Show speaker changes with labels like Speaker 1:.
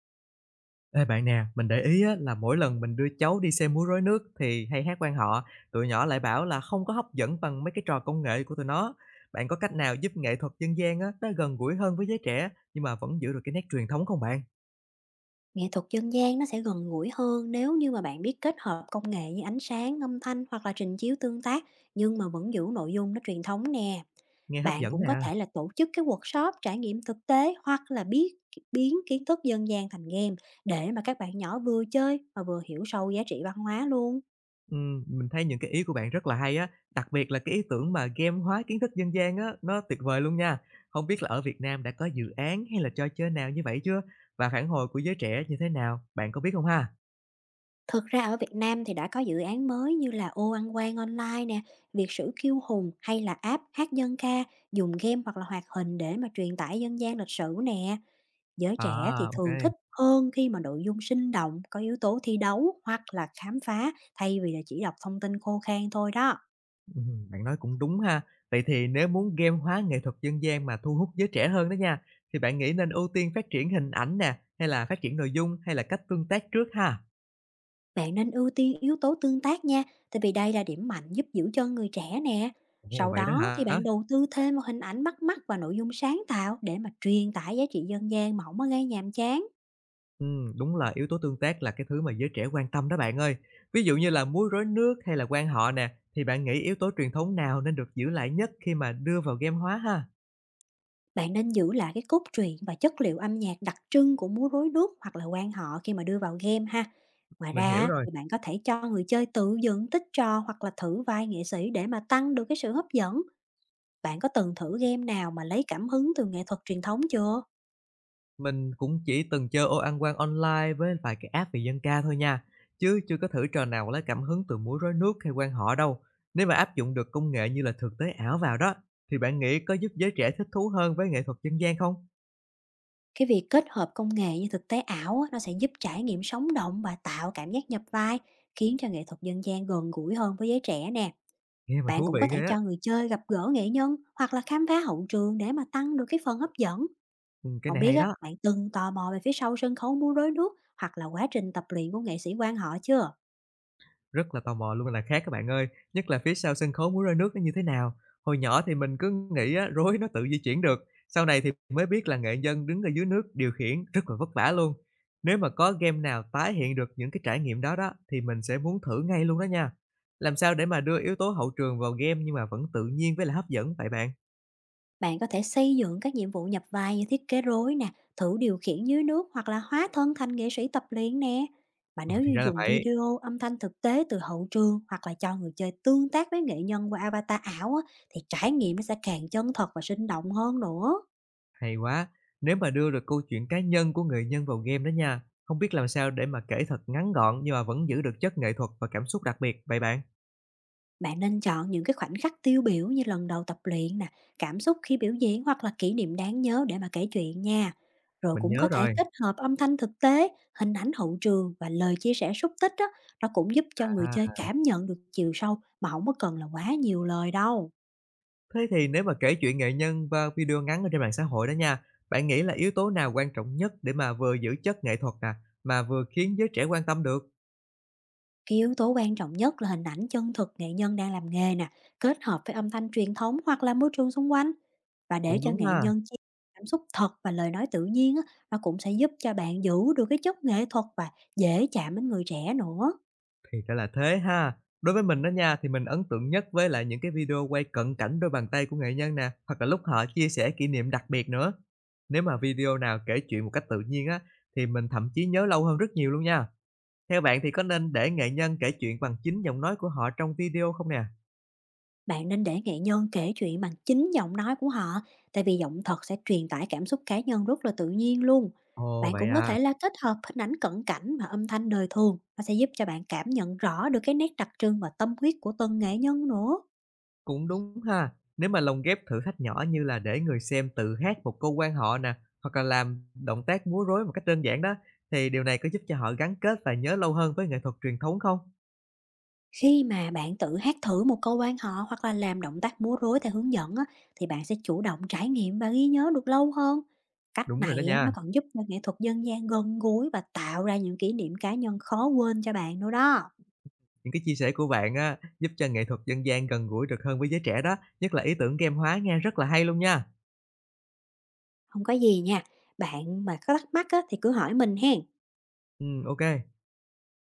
Speaker 1: Ê bạn nè, mình để ý á, là mỗi lần mình đưa cháu đi xem múa rối nước thì hay hát quan họ, tụi nhỏ lại bảo là không có hấp dẫn bằng mấy cái trò công nghệ của tụi nó. Bạn có cách nào giúp nghệ thuật dân gian á, nó gần gũi hơn với giới trẻ nhưng mà vẫn giữ được cái nét truyền thống không bạn?
Speaker 2: Nghệ thuật dân gian nó sẽ gần gũi hơn nếu như mà bạn biết kết hợp công nghệ như ánh sáng, âm thanh hoặc là trình chiếu tương tác, nhưng mà vẫn giữ nội dung nó truyền thống nè.
Speaker 1: Nghe hấp
Speaker 2: Bạn
Speaker 1: dẫn
Speaker 2: cũng
Speaker 1: nè.
Speaker 2: có thể là tổ chức cái workshop trải nghiệm thực tế hoặc là biến kiến thức dân gian thành game để mà các bạn nhỏ vừa chơi mà vừa hiểu sâu giá trị văn hóa luôn.
Speaker 1: Mình thấy những cái ý của bạn rất là hay á, đặc biệt là cái ý tưởng mà game hóa kiến thức dân gian á, nó tuyệt vời luôn nha. Không biết là ở Việt Nam đã có dự án hay là trò chơi nào như vậy chưa? Và phản hồi của giới trẻ như thế nào? Bạn có biết không ha?
Speaker 2: Thực ra ở Việt Nam thì đã có dự án mới như là ô ăn quan online nè, Việt sử kiêu hùng hay là app hát dân ca dùng game hoặc là hoạt hình để mà truyền tải dân gian lịch sử nè. Giới trẻ thì
Speaker 1: À,
Speaker 2: thường
Speaker 1: ok.
Speaker 2: thích hơn khi mà nội dung sinh động, có yếu tố thi đấu hoặc là khám phá thay vì là chỉ đọc thông tin khô khan thôi đó.
Speaker 1: Bạn nói cũng đúng ha. Vậy thì nếu muốn game hóa nghệ thuật dân gian mà thu hút giới trẻ hơn đó nha, thì bạn nghĩ nên ưu tiên phát triển hình ảnh nè, hay là phát triển nội dung, hay là cách tương tác trước ha?
Speaker 2: Bạn nên ưu tiên yếu tố tương tác nha, tại vì đây là điểm mạnh giúp giữ chân người trẻ nè.
Speaker 1: Ồ,
Speaker 2: Sau
Speaker 1: vậy đó
Speaker 2: đó thì
Speaker 1: hả?
Speaker 2: bạn đầu tư thêm vào hình ảnh bắt mắt và nội dung sáng tạo để mà truyền tải giá trị dân gian mà không có gây nhàm chán.
Speaker 1: Đúng là yếu tố tương tác là cái thứ mà giới trẻ quan tâm đó bạn ơi. Ví dụ như là múa rối nước hay là quan họ nè, thì bạn nghĩ yếu tố truyền thống nào nên được giữ lại nhất khi mà đưa vào game hóa ha?
Speaker 2: Bạn nên giữ lại cái cốt truyện và chất liệu âm nhạc đặc trưng của múa rối nước hoặc là quan họ khi mà đưa vào game ha. Ngoài
Speaker 1: Mình
Speaker 2: ra
Speaker 1: hiểu
Speaker 2: á,
Speaker 1: rồi.
Speaker 2: thì bạn có thể cho người chơi tự dựng tích trò hoặc là thử vai nghệ sĩ để mà tăng được cái sự hấp dẫn. Bạn có từng thử game nào mà lấy cảm hứng từ nghệ thuật truyền thống chưa?
Speaker 1: Mình cũng chỉ từng chơi ô ăn quan online với vài cái app về dân ca thôi nha, chứ chưa có thử trò nào lấy cảm hứng từ múa rối nước hay quan họ đâu. Nếu mà áp dụng được công nghệ như là thực tế ảo vào đó, thì bạn nghĩ có giúp giới trẻ thích thú hơn với nghệ thuật dân gian không?
Speaker 2: Cái việc kết hợp công nghệ như thực tế ảo á, nó sẽ giúp trải nghiệm sống động và tạo cảm giác nhập vai, khiến cho nghệ thuật dân gian gần gũi hơn với giới trẻ nè.
Speaker 1: Nghe mà
Speaker 2: Bạn
Speaker 1: thú
Speaker 2: cũng
Speaker 1: vị
Speaker 2: có thể
Speaker 1: ghê á,
Speaker 2: cho người chơi gặp gỡ nghệ nhân hoặc là khám phá hậu trường để mà tăng được cái phần hấp dẫn.
Speaker 1: cái
Speaker 2: Không
Speaker 1: này
Speaker 2: biết
Speaker 1: hay
Speaker 2: á,
Speaker 1: đó.
Speaker 2: bạn từng tò mò về phía sau sân khấu múa rối nước hoặc là quá trình tập luyện của nghệ sĩ quan họ chưa?
Speaker 1: Rất là tò mò luôn là khác các bạn ơi, nhất là phía sau sân khấu múa rối nước nó như thế nào. Hồi nhỏ thì mình cứ nghĩ á, rối nó tự di chuyển được, sau này thì mới biết là nghệ nhân đứng ở dưới nước điều khiển rất là vất vả luôn. Nếu mà có game nào tái hiện được những cái trải nghiệm đó đó, thì mình sẽ muốn thử ngay luôn đó nha. Làm sao để mà đưa yếu tố hậu trường vào game nhưng mà vẫn tự nhiên với lại hấp dẫn vậy bạn?
Speaker 2: Bạn có thể xây dựng các nhiệm vụ nhập vai như thiết kế rối nè, thử điều khiển dưới nước hoặc là hóa thân thành nghệ sĩ tập luyện nè. Mà
Speaker 1: Ồ,
Speaker 2: nếu
Speaker 1: thì
Speaker 2: như
Speaker 1: ra là
Speaker 2: dùng
Speaker 1: vậy,
Speaker 2: video, âm thanh thực tế từ hậu trường hoặc là cho người chơi tương tác với nghệ nhân qua avatar ảo á, thì trải nghiệm nó sẽ càng chân thật và sinh động hơn nữa.
Speaker 1: hay quá. Nếu mà đưa được câu chuyện cá nhân của người nhân vào game đó nha, không biết làm sao để mà kể thật ngắn gọn nhưng mà vẫn giữ được chất nghệ thuật và cảm xúc đặc biệt vậy bạn?
Speaker 2: Bạn nên chọn những cái khoảnh khắc tiêu biểu như lần đầu tập luyện nè, cảm xúc khi biểu diễn hoặc là kỷ niệm đáng nhớ để mà kể chuyện nha. Rồi
Speaker 1: Mình
Speaker 2: cũng
Speaker 1: nhớ
Speaker 2: có thể
Speaker 1: rồi.
Speaker 2: kết hợp âm thanh thực tế, hình ảnh hậu trường và lời chia sẻ xúc tích đó, nó cũng giúp cho người
Speaker 1: À,
Speaker 2: chơi cảm nhận được chiều sâu mà không có cần là quá nhiều lời đâu.
Speaker 1: thế thì nếu mà kể chuyện nghệ nhân qua video ngắn ở trên mạng xã hội đó nha, bạn nghĩ là yếu tố nào quan trọng nhất để mà vừa giữ chất nghệ thuật nè, mà vừa khiến giới trẻ quan tâm được?
Speaker 2: Cái yếu tố quan trọng nhất là hình ảnh chân thực nghệ nhân đang làm nghề nè, kết hợp với âm thanh truyền thống hoặc là môi trường xung quanh. Và để
Speaker 1: Cũng
Speaker 2: cho
Speaker 1: đúng
Speaker 2: nghệ
Speaker 1: ha,
Speaker 2: nhân chia cảm xúc thật và lời nói tự nhiên á, nó cũng sẽ giúp cho bạn giữ được cái chất nghệ thuật và dễ chạm đến người trẻ nữa.
Speaker 1: thì ra là thế ha. Đối với mình đó nha, thì mình ấn tượng nhất với lại những cái video quay cận cảnh đôi bàn tay của nghệ nhân nè, hoặc là lúc họ chia sẻ kỷ niệm đặc biệt nữa. Nếu mà video nào kể chuyện một cách tự nhiên á, thì mình thậm chí nhớ lâu hơn rất nhiều luôn nha. Theo bạn thì có nên để nghệ nhân kể chuyện bằng chính giọng nói của họ trong video không nè?
Speaker 2: Bạn nên để nghệ nhân kể chuyện bằng chính giọng nói của họ, tại vì giọng thật sẽ truyền tải cảm xúc cá nhân rất là tự nhiên luôn.
Speaker 1: Ồ,
Speaker 2: Bạn
Speaker 1: vậy
Speaker 2: cũng có
Speaker 1: à.
Speaker 2: thể là kết hợp hình ảnh cận cảnh và âm thanh đời thường, nó sẽ giúp cho bạn cảm nhận rõ được cái nét đặc trưng và tâm huyết của từng nghệ nhân nữa.
Speaker 1: Cũng đúng ha. Nếu mà lồng ghép thử thách nhỏ như là để người xem tự hát một câu quan họ nè, hoặc là làm động tác múa rối một cách đơn giản đó, thì điều này có giúp cho họ gắn kết và nhớ lâu hơn với nghệ thuật truyền thống không?
Speaker 2: Khi mà bạn tự hát thử một câu quan họ hoặc là làm động tác múa rối theo hướng dẫn á, thì bạn sẽ chủ động trải nghiệm và ghi nhớ được lâu hơn. Cách
Speaker 1: Đúng rồi đó
Speaker 2: này á, nó
Speaker 1: nha.
Speaker 2: còn giúp cho nghệ thuật dân gian gần gũi và tạo ra những kỷ niệm cá nhân khó quên cho bạn nữa đó.
Speaker 1: Những cái chia sẻ của bạn á, giúp cho nghệ thuật dân gian gần gũi được hơn với giới trẻ đó, nhất là ý tưởng game hóa nghe rất là hay luôn nha.
Speaker 2: Không có gì nha, bạn mà có thắc mắc á, thì cứ hỏi mình hen.
Speaker 1: Ok.